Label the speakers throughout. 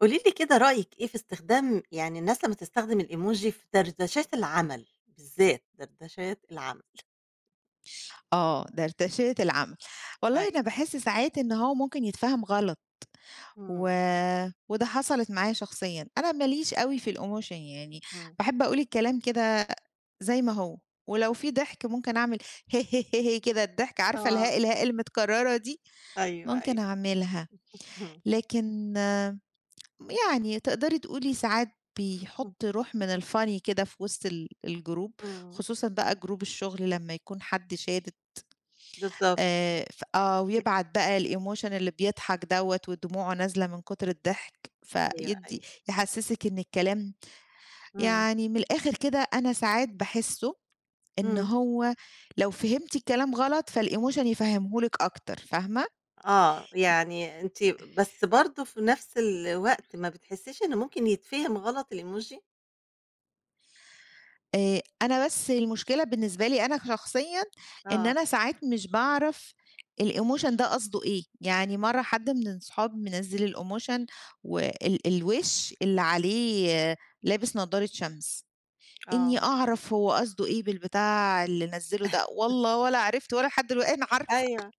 Speaker 1: قولي لي كده رأيِك إيه في استخدام يعني الناس لمّا تستخدم الإيموجي في دردشات العمل، بالذات دردشات العمل؟
Speaker 2: آه، ده ارتشيّة العمل. والله أنا
Speaker 1: أيوه.
Speaker 2: باحس ساعات إن هو ممكن يتفهم غلط و
Speaker 1: إمم،
Speaker 2: وده حصلت معايا شخصيًا. أنا ما ليش أوي في الemotion يعني
Speaker 1: إمم.
Speaker 2: باحب أقول الكلام كده زي ما هو، ولو في ضحك ممكن أعمل ه ه ه ه كده الضحكة عارفة
Speaker 1: آه،
Speaker 2: الهاء الهاء المتكررة دي،
Speaker 1: أيوه،
Speaker 2: ممكن
Speaker 1: أيوه.
Speaker 2: أعملها.
Speaker 1: اهم،
Speaker 2: لكن آه، يعني تقدري تقولي ساعات
Speaker 1: إمم،
Speaker 2: بيحُط روح من الfunny كده في وسط الجروب،
Speaker 1: إمم،
Speaker 2: خصوصًا بقى جروب الشغل لمّا يكون حد شادد
Speaker 1: بالضبط.
Speaker 2: ف آه، ويبعت بقى الemotion اللي بيضحك دوّة ودموعه نازلة من كتر الضحك،
Speaker 1: أيوه، أيوه.
Speaker 2: فيدّي يحسّسِك إن الكلام
Speaker 1: إمم،
Speaker 2: يعني من الآخر كده أنا ساعات باحسّه إن
Speaker 1: إمم.
Speaker 2: هو لو فهمتِ الكلام غلط فالemotion يفهّمه لِك أكتر، فاهمة؟
Speaker 1: آه، يعني أنتِ بس برضه في نفس الوقت ما بتحسيش إن ممكن يتفهم غلط الإيموجي؟
Speaker 2: أنا بس المشكلة بالنسبة لي أنا شخصيًا إن
Speaker 1: آه،
Speaker 2: أنا ساعات مش باعرف الemotion ده قصده إيه، يعني مرّة حد من صحابي منزّل الemotion وال الوِش اللي عليه لابس نضارة شمس. إني
Speaker 1: آه،
Speaker 2: أعرف هو قصده إيه بالبتاع اللي نزّله ده، والله ولا عرفت ولا لحد دلوقتي أنا عارفة،
Speaker 1: أيوه.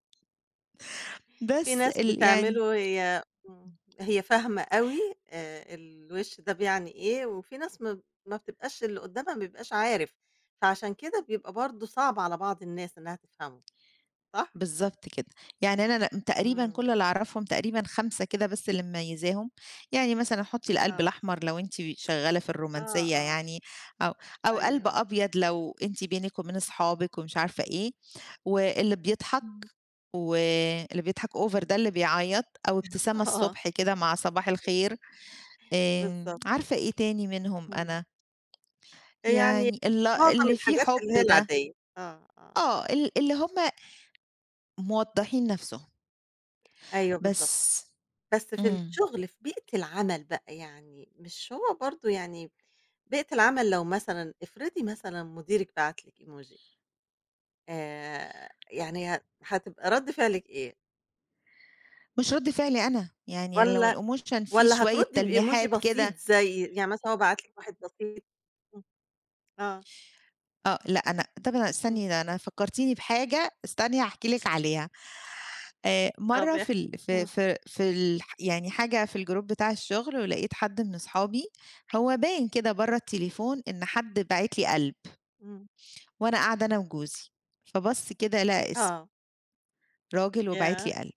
Speaker 1: في
Speaker 2: بس
Speaker 1: ناس
Speaker 2: يعني
Speaker 1: بتعمله إمم، هي فاهمة أوي الوِش ده بيعني إيه، وفي ناس ما بتبقاش اللي قدّامها ما بيبقاش عارف، فعشان كده بيبقى برضه صعب على بعض الناس إنها تفهمه، صح؟
Speaker 2: بالضبط كده، يعني أنا تقريبًا
Speaker 1: إمم،
Speaker 2: كل اللي أعرفهم تقريبًا 5 كده بس اللي مميزاهم، يعني مثلًا حطّي القلب
Speaker 1: آه،
Speaker 2: الأحمر لو أنتِ شغّالة في
Speaker 1: آه،
Speaker 2: الرومانسية
Speaker 1: آه،
Speaker 2: يعني، أو أو قلب
Speaker 1: أيوه،
Speaker 2: أبيض لو أنتِ بينِك وبين أصحابِك ومش عارفة إيه، واللي بيضحك
Speaker 1: إمم،
Speaker 2: واللي بيضحك over ده اللي بيعيّط أو ابتسامة
Speaker 1: آه،
Speaker 2: الصبح كده مع صباح
Speaker 1: أيوه،
Speaker 2: الخير،
Speaker 1: بالضبط،
Speaker 2: عارفة إيه تاني منهم
Speaker 1: إمم،
Speaker 2: أنا؟
Speaker 1: يعني
Speaker 2: يعني ال
Speaker 1: معظم
Speaker 2: اللي فيه
Speaker 1: الحاجات اللي
Speaker 2: حُب
Speaker 1: هي
Speaker 2: ده،
Speaker 1: العادية، آه، آه،
Speaker 2: آه، اللي هُم موضّحين نَفْسهم،
Speaker 1: أيوه بالضبط.
Speaker 2: بس.
Speaker 1: بس في
Speaker 2: إمم.
Speaker 1: الشغل، في بيئة العمل بقى يعني، مش هو برضه يعني بيئة العمل لو مثلًا افرضي مثلًا مديرِك بعت لِك emoji، يعني هتبقى رد فعلِك إيه؟
Speaker 2: مش رَد فعلي أنا، يعني أنا لو
Speaker 1: والّا
Speaker 2: الemotion فيه
Speaker 1: والّا
Speaker 2: شوية
Speaker 1: هتردي بemoji
Speaker 2: تلميحات كده
Speaker 1: بسيط زي يعني مثلًا هو بعت لِك واحد بسيط. إمم، آه،
Speaker 2: لأ أنا طَب أنا
Speaker 1: إمم.
Speaker 2: استني ده أنا فكّرتيني بحاجة، استني هاحكي لِك عليها.
Speaker 1: طب
Speaker 2: مرّة في
Speaker 1: احكِ.
Speaker 2: ال في
Speaker 1: آه،
Speaker 2: في في الح يعني حاجة في الgroup بتاع الشُغل ولقيت حد من أصحابي، هو باين كده برّه التليفون إن حد باعت لي قلب
Speaker 1: إمم،
Speaker 2: وأنا قاعدة أنا وجوزي، فبَص كده لقى اسم،
Speaker 1: آه.
Speaker 2: راجل وباعت
Speaker 1: ياه!
Speaker 2: لي قلب.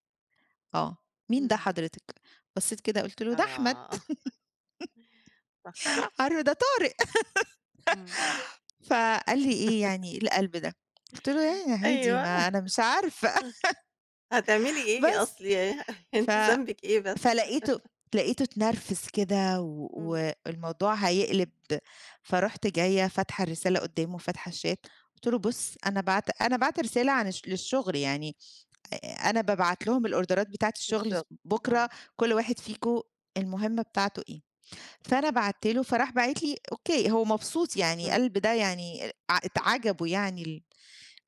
Speaker 2: آه، "مين ده
Speaker 1: إمم،
Speaker 2: حضرتك؟" بصيت كده قُلت له: "ده أحمد."
Speaker 1: آه، صح،
Speaker 2: عارفة ده طارق.
Speaker 1: إمم.
Speaker 2: فقال لي إيه يعني إيه القلب ده؟ قُلت له: "يعني عادي
Speaker 1: أيوه.
Speaker 2: ما أنا مش عارفة."
Speaker 1: آه، هتعملي إيه
Speaker 2: بس
Speaker 1: أصل
Speaker 2: ف
Speaker 1: أنتِ ذنبِك إيه بس؟
Speaker 2: فلقيته لقيته اتنرفز كده
Speaker 1: إمم،
Speaker 2: والموضوع هيقلب فرُحت جاية فاتحة الرسالة قدّامه فاتحة الchat قُلت له: "بُص أنا باعت رسالة عن للشغل يعني أنا بابعت لهم الأوردرات بتاعة
Speaker 1: في
Speaker 2: الشغل
Speaker 1: الشغل، آه،
Speaker 2: بُكرة كل واحد فيكم المهمة بتاعته إيه." فأنا بعتّ له، فراح باعت لي أوكي، هو مبسوط يعني
Speaker 1: إمم.
Speaker 2: قلب ده يعني اتعجبوا يعني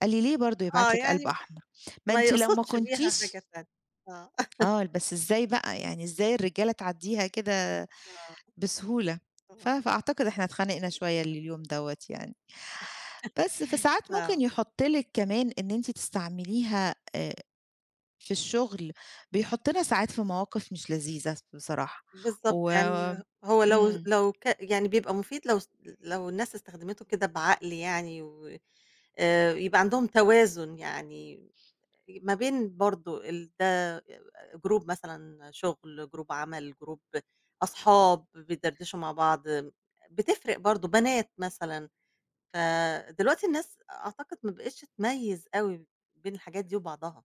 Speaker 2: قال لي: "ليه برضه
Speaker 1: آه،
Speaker 2: يبعت لِك قلب
Speaker 1: يعني
Speaker 2: أحمر؟ ما
Speaker 1: ما
Speaker 2: أنتِ لو ما
Speaker 1: يقصدش بيها حاجة
Speaker 2: كنتيش"
Speaker 1: تانية. آه،
Speaker 2: آه، بس إزاي بقى، يعني إزاي الرجالة تعدّيها كده
Speaker 1: آه،
Speaker 2: بسهولة؟ ف
Speaker 1: آه،
Speaker 2: فأعتقد إحنا اتخانقنا
Speaker 1: أيوه
Speaker 2: شوية اليوم
Speaker 1: بالضبط.
Speaker 2: دوّة يعني. بس فساعات
Speaker 1: آه،
Speaker 2: ممكن يحُط لِك كمان إن أنتِ تستعمليها في الشغل، بيحطّنا ساعات في مواقف مش لذيذة بصراحة
Speaker 1: بالضبط،
Speaker 2: و
Speaker 1: يعني هو لو
Speaker 2: إمم.
Speaker 1: لو يعني بيبقى مفيد لو الناس استخدمته كده بعقل يعني و يبقى عندهم توازن يعني ما بين برضه ده، جروب مثلًا شغل، جروب عمل، جروب أصحاب بيدردشوا مع بعض، بتفرق برضه بنات مثلًا. فدلوقتي الناس أعتقد ما بقتش تميّز أوي بين الحاجات دي وبعضها.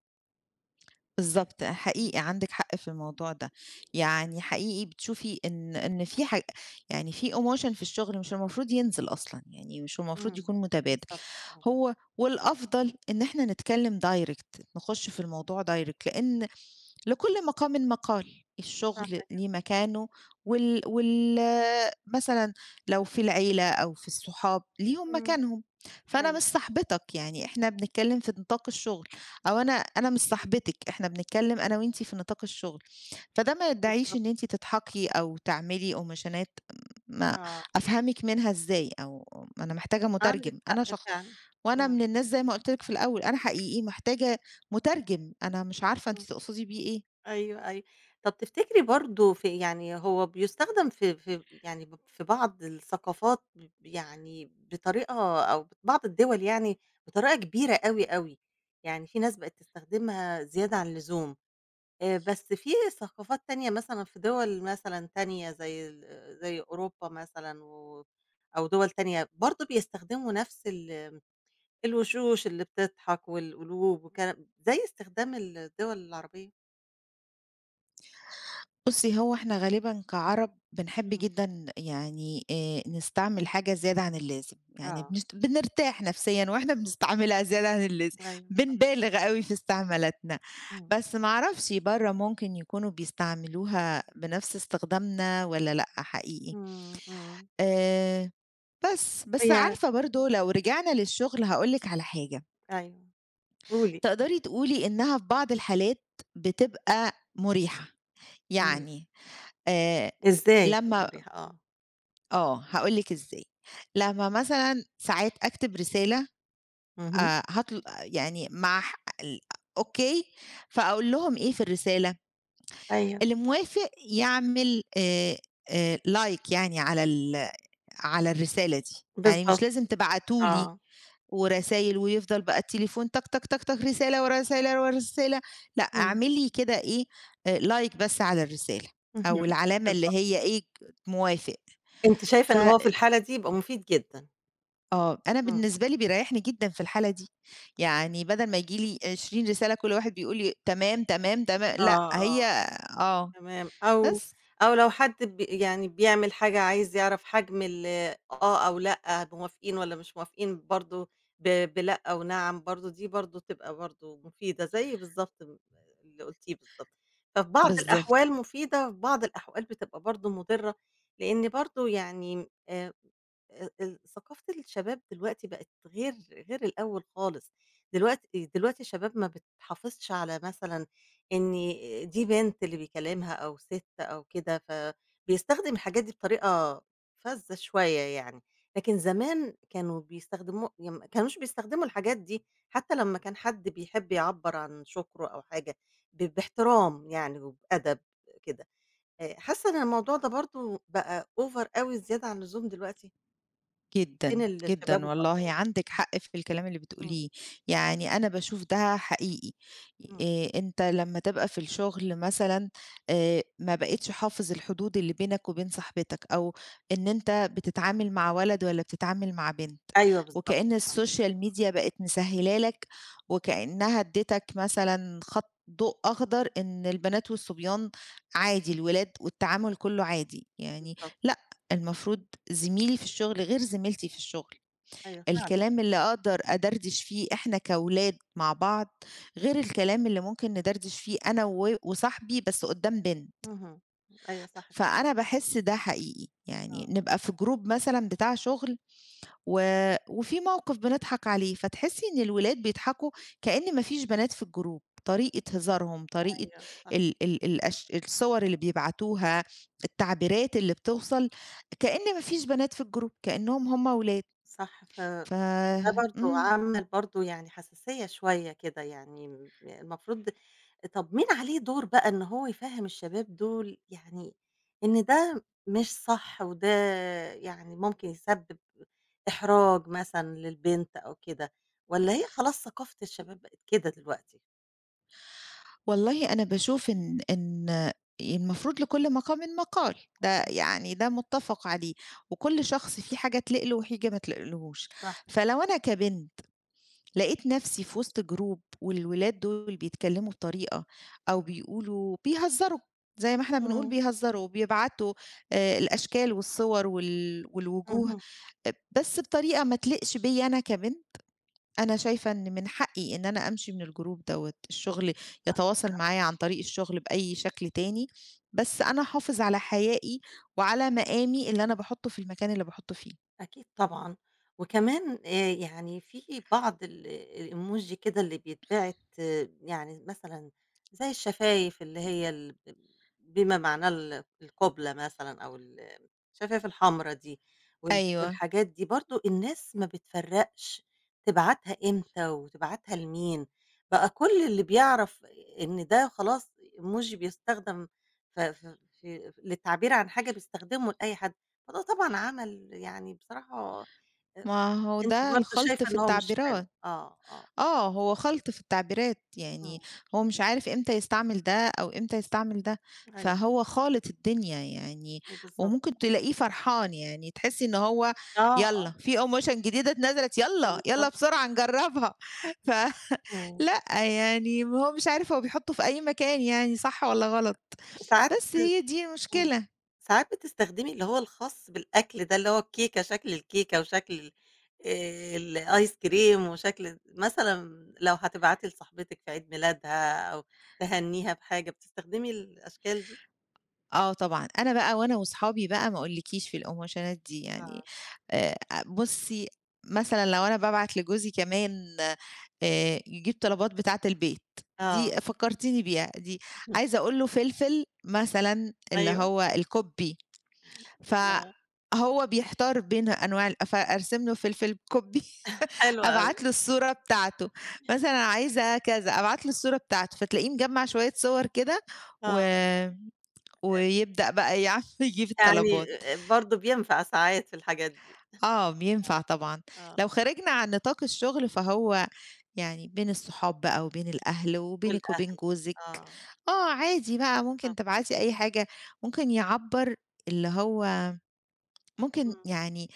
Speaker 2: بالضبط،
Speaker 1: اهم،
Speaker 2: حقيقي عندِك حق في الموضوع ده،
Speaker 1: إمم.
Speaker 2: يعني حقيقي بتشوفي إن في حاج يعني في emotion في الشغل مش المفروض ينزل أصلًا، يعني مش المفروض
Speaker 1: إمم،
Speaker 2: يكون متبادل،
Speaker 1: بالضبط. آه،
Speaker 2: والأفضل إن إحنا نتكلم direct نخش في الموضوع direct لكل مقام مقال،
Speaker 1: صح
Speaker 2: الشغل
Speaker 1: كده،
Speaker 2: ليه
Speaker 1: إمم،
Speaker 2: مكانه وال وال مثلًا لو في العيلة أو في الصحاب ليهم
Speaker 1: إمم،
Speaker 2: مكانهم، فأنا
Speaker 1: أيوه
Speaker 2: مش صاحبتك يعني إحنا بنتكلم في نطاق الشغل، أو أنا مش صاحبتِك، إحنا بنتكلم أنا وأنتِ في نطاق الشغل، فده ما يدعيش
Speaker 1: بالضبط.
Speaker 2: إن أنتِ تضحكي أو تعملي قماشانات ما
Speaker 1: آه،
Speaker 2: أفهمِك منها إزاي، أو ما أنا محتاجة
Speaker 1: عندِك
Speaker 2: مترجم،
Speaker 1: حق
Speaker 2: أنا شخ
Speaker 1: فعلًا،
Speaker 2: وأنا
Speaker 1: إمم،
Speaker 2: من الناس زي ما قُلت لِك في الأول، أنا حقيقي محتاجة مترجم، أنا مش عارفة أنتِ
Speaker 1: إمم،
Speaker 2: تقصدي بيه إيه.
Speaker 1: أيوه، أيوه. طَب تفتكري برضه في يعني هو بيستخدم في يعني في بعض الثقافات يعني بطريقة أو بعض الدول يعني بطريقة كبيرة أوي، أوي، يعني في ناس بقت تستخدمها زيادة عن اللزوم. بس في ثقافات تانية مثلًا في دول مثلًا تانية زي أوروبا مثلًا أو دول تانية برضه بيستخدموا نفس الوشوش اللي بتضحك والقلوب وكلام زي استخدام الدول العربية؟
Speaker 2: بُصّي، هو إحنا غالبًا كعرب بنحب
Speaker 1: إمم،
Speaker 2: جدًا يعني نستعمل حاجة زيادة عن اللازم، يعني
Speaker 1: آه،
Speaker 2: بنرتاح نفسيًا وإحنا بنستعملها زيادة عن اللازم،
Speaker 1: أيوه،
Speaker 2: بنبالغ أوي في استعمالاتنا،
Speaker 1: إمم،
Speaker 2: بس ما أعرفش برّه ممكن يكونوا بيستعملوها بنفس استخدامنا والّا لأ حقيقي،
Speaker 1: إمم، إمم،
Speaker 2: آآ بس
Speaker 1: يعني.
Speaker 2: عارفة برضه لو رجعنا للشغل هاقول لِك على حاجة،
Speaker 1: أيوه، قولي.
Speaker 2: تقدري تقولي إنها في بعض الحالات بتبقى مُريحة،
Speaker 1: إمم،
Speaker 2: يعني آآ
Speaker 1: إزاي
Speaker 2: لمّا
Speaker 1: تأمريها. آه،
Speaker 2: آه، هاقول لِك إزاي. لمّا مثلًا ساعات أكتب رسالة
Speaker 1: اهم،
Speaker 2: هاطل يعني مع ح ال أوكي، فأقول لهم إيه في الرسالة،
Speaker 1: أيوه،
Speaker 2: اللي موافق يعمل like يعني على على الرسالة دي، يعني مش
Speaker 1: بالضبط،
Speaker 2: لازم تبعتوا لي
Speaker 1: آه،
Speaker 2: ورسايل ويفضل بقى التليفون طق، طق، طق، طق، رسالة ورا رسالة ورا رسالة، لأ
Speaker 1: إمم،
Speaker 2: اعملي كده إيه، like بس على الرسالة أو
Speaker 1: اهم،
Speaker 2: العلامة اللي
Speaker 1: بالضبط،
Speaker 2: هي إيه، موافق.
Speaker 1: أنتِ شايفة
Speaker 2: ف
Speaker 1: إن هو في الحالة دي يبقى مفيد جدًا.
Speaker 2: آه، أنا
Speaker 1: إمم،
Speaker 2: بالنسبة لي بيريحني جدًا في الحالة دي، يعني بدل ما ييجي لي 20 رسالة كل واحد بيقول لي تمام، تمام، لأ
Speaker 1: آه، آه.
Speaker 2: هي آه،
Speaker 1: تمام، أو
Speaker 2: بس.
Speaker 1: أو لو حد يعني بيعمل حاجة عايز يعرف حجم ال آه أو لأ، موافقين والّا مش موافقين برضه، بلأ ونعم برضه، دي برضه تبقى برضه مفيدة زي بالضبط اللي قُلتيه بالضبط. ففي بعض الأحوال
Speaker 2: بالضبط.
Speaker 1: مفيدة وفي بعض الأحوال بتبقى برضه مُضرة، لإن برضه يعني ثقافة الشباب دلوقتي بقت غير الأول خالص. دلوقتي الشباب ما بتحافظش على مثلًا إن دي بنت اللي بيكلمها أو سِت أو كده، فبيستخدم الحاجات دي بطريقة فَذّة شوية يعني. لكن زمان كانوا بيستخدموا ما كانوش بيستخدموا الحاجات دي، حتى لمّا كان حد بيحب يعبّر عن شكره أو حاجة باحترام يعني وبأدب كده. حاسة إن الموضوع ده برضه بقى over أوي زيادة عن اللزوم دلوقتي؟ بين
Speaker 2: جدًا،
Speaker 1: الشباب
Speaker 2: جدًا والله
Speaker 1: وبعضهم.
Speaker 2: عندِك
Speaker 1: إمم،
Speaker 2: حق في الكلام اللي
Speaker 1: إمم،
Speaker 2: بتقوليه، يعني أنا باشوف ده حقيقي،
Speaker 1: إمم.
Speaker 2: أنت لمّا تبقى في الشغل مثلًا ما بقيتش حافظ الحدود اللي بينك وبين صاحبتك، أو إن أنت بتتعامل مع ولد والّا بتتعامل مع بنت،
Speaker 1: أيوه بالضبط،
Speaker 2: وكأن السوشيال ميديا بقت مسهلة لك، وكأنها اديتك مثلًا خط ضوء أخضر إن البنات والصبيان عادي، الولاد والتعامل كله عادي، يعني
Speaker 1: بالضبط.
Speaker 2: لأ المفروض زميلي في الشغل غير زميلتي في الشغل،
Speaker 1: أيوه فعلًا.
Speaker 2: الكلام اللي أقدر أدردش فيه إحنا كأولاد مع بعض، غير الكلام اللي ممكن ندردش فيه أنا وصاحبي بس قدّام بنت،
Speaker 1: اهم. أيوه صح.
Speaker 2: فأنا باحس ده حقيقي، يعني
Speaker 1: آه.
Speaker 2: نبقى في جروب مثلًا بتاع شغل و وفي موقف بنضحك عليه، فتحسّي إن الولاد بيضحكوا كإن ما فيش بنات في الجروب، طريقة هزارهم، طريقة
Speaker 1: أيوه صح،
Speaker 2: ال ال الأش الصور اللي بيبعتوها، التعبيرات اللي بتوصل، كإن ما فيش بنات في الجروب، كإنّهم هم ولاد.
Speaker 1: صح. فده
Speaker 2: ف
Speaker 1: برضه
Speaker 2: إمم.
Speaker 1: عمل برضه يعني حساسية شوية كده يعني المفروض. طب مين عليه دور بقى إن هو يفهّم الشباب دول، يعني إن ده مش صح وده يعني ممكن يسبب إحراج مثلًا للبنت أو كده، والّا هي خلاص ثقافة الشباب بقت كده دلوقتي؟
Speaker 2: والله أنا باشوف إن المفروض لكل مقامٍ مقال، ده يعني ده مُتّفق عليه، وكل شخص فيه حاجة تليق له وحاجة ما تليقلهوش،
Speaker 1: صح.
Speaker 2: فلو أنا كبنت لقيت نفسي في وسط جروب والولاد دول بيتكلموا بطريقة أو بيقولوا بيهزروا زي ما إحنا بنقول
Speaker 1: إمم.
Speaker 2: بيهزروا وبيبعتوا الأشكال والصور والوجوه
Speaker 1: اهم.
Speaker 2: بس بطريقة ما تليقش بيّا أنا كبنت، أنا شايفة إن من حقي إن أنا أمشي من الجروب دوّة، الشغل
Speaker 1: صح،
Speaker 2: يتواصل معايا عن طريق الشغل بأي شكل تاني، بس أنا أحافظ على حيائي وعلى مقامي اللي أنا باحطه في المكان اللي باحطه فيه.
Speaker 1: أكيد طبعًا. وكمان يعني في بعض الemoji كده اللي بيتبعت. آه، يعني مثلًا زي الشفايف اللي هي بما معناه القُبلة مثلًا أو الشفايف الحمرا دي وال
Speaker 2: أيوه،
Speaker 1: والحاجات دي برضه الناس ما بتفرّقش تبعتها إمتى وتبعتها لمين، بقى كل اللي بيعرف إن ده خلاص emoji بيستخدم ف ف في للتعبير عن حاجة بيستخدمه لأي حد. فده طبعًا عمل يعني بصراحة. أ
Speaker 2: ما هو
Speaker 1: أنتِ
Speaker 2: ده
Speaker 1: برضه
Speaker 2: الخلْط
Speaker 1: شايفة
Speaker 2: في
Speaker 1: إن هو مش حلو.
Speaker 2: التعبيرات.
Speaker 1: آه، آه،
Speaker 2: آه، هو خَلْط في التعبيرات،
Speaker 1: إمم،
Speaker 2: يعني هو مش عارف إمتى يستعمل ده أو إمتى يستعمل ده،
Speaker 1: أيوه،
Speaker 2: فهو خالِط الدنيا يعني،
Speaker 1: أيوه بالضبط.
Speaker 2: وممكن تلاقيه فرحان يعني، تحسّي إن هو
Speaker 1: آه،
Speaker 2: يالّا
Speaker 1: آه،
Speaker 2: في emotion جديدة اتنزلت
Speaker 1: أيوه
Speaker 2: يالّا، يالّا
Speaker 1: بالضبط،
Speaker 2: بسرعة نجرّبها،
Speaker 1: إمم.
Speaker 2: فلأ يعني هو مش عارف هو بيحطّه في أي مكان يعني صح والّا غلط،
Speaker 1: ساعات
Speaker 2: بس
Speaker 1: بتس
Speaker 2: هي دي
Speaker 1: إمم.
Speaker 2: المشكلة.
Speaker 1: ساعات بتستخدمي اللي هو الخاص بالأكل ده، اللي هو الكيكة شكل الكيكة وشكل ال الآيس كريم وشكل مثلًا لو هتبعتي لصاحبتِك في عيد ميلادها أو تهنّيها بحاجة، بتستخدمي الأشكال دي؟
Speaker 2: آه طبعًا، أنا بقى وأنا وصحابي بقى ما أقولكيش في الإيموشنات دي يعني،
Speaker 1: آه،
Speaker 2: آآ بُصّي مثلًا لو أنا بابعت لجوزي كمان يجيب طلبات بتاعة البيت، دي
Speaker 1: آه،
Speaker 2: فكّرتيني بيها دي،
Speaker 1: اهم،
Speaker 2: عايزة أقول له فلفل مثلًا اللي
Speaker 1: أيوه،
Speaker 2: هو الكُبّي،
Speaker 1: آه،
Speaker 2: فهو بيحتار بين أنواع فأرسم له فلفل كُبّي،
Speaker 1: حلو أوي،
Speaker 2: أبعت له الصورة بتاعته، مثلًا عايزة كذا، أبعت له الصورة بتاعته، فتلاقيه مجمّع شوية صور كده و
Speaker 1: آه.
Speaker 2: ويبدأ بقى يجيب
Speaker 1: يعني
Speaker 2: الطلبات.
Speaker 1: برضه بينفع ساعات في الحاجات دي.
Speaker 2: آه، بينفع طبعًا،
Speaker 1: آه. آه،
Speaker 2: لو خرجنا عن نطاق الشغل فهو يعني بين الصحاب بقى وبين الأهل وبينِك وبين
Speaker 1: والأهل.
Speaker 2: جوزِك،
Speaker 1: آه،
Speaker 2: آه، عادي بقى ممكن
Speaker 1: بالضبط،
Speaker 2: تبعتي أي حاجة، ممكن يعبّر اللي هو ممكن
Speaker 1: إمم،
Speaker 2: يعني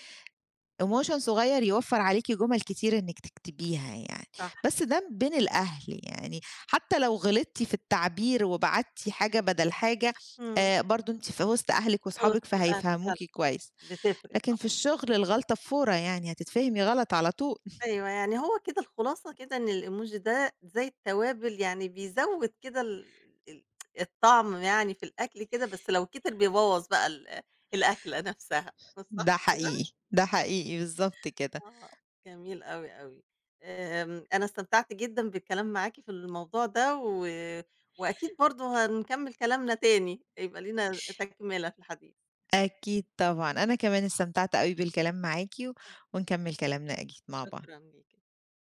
Speaker 2: emoji صغير يوفّر عليكِ جُمل كتير إنِّك تكتبيها يعني،
Speaker 1: صح،
Speaker 2: بس ده بين الأهل يعني، حتى لو غلطتِ في التعبير وبعتِ حاجة بدل حاجة،
Speaker 1: إمم،
Speaker 2: برضه أنتِ في وسط أهلِك
Speaker 1: في
Speaker 2: وأصحابِك
Speaker 1: وسط الأهل فعلًا
Speaker 2: فهيفهموكِ كويس.
Speaker 1: بتفرق
Speaker 2: لكن
Speaker 1: طبعًا.
Speaker 2: في الشغل الغلطة بفورة يعني، هتتفهمي غلط على طول.
Speaker 1: أيوه، يعني هو كده الخلاصة كده إن الemoji ده زي التوابل يعني بيزوّد كده ال ال الطعم يعني في الأكل كده، بس لو كتر بيبوّظ بقى الأكلة نفسها، صح
Speaker 2: ده
Speaker 1: كده؟
Speaker 2: حقيقي، ده حقيقي بالضبط كده.
Speaker 1: آه، جميل أوي، أوي. أنا استمتعت جدًا بالكلام معاكِ في الموضوع ده وأكيد برضه هنكمّل كلامنا تاني، يبقى لينا تكملة في الحديث.
Speaker 2: أكيد طبعًا، أنا كمان استمتعت أوي بالكلام معاكِ، ونكمّل كلامنا أكيد مع بعض.
Speaker 1: شكرًا ليكِ.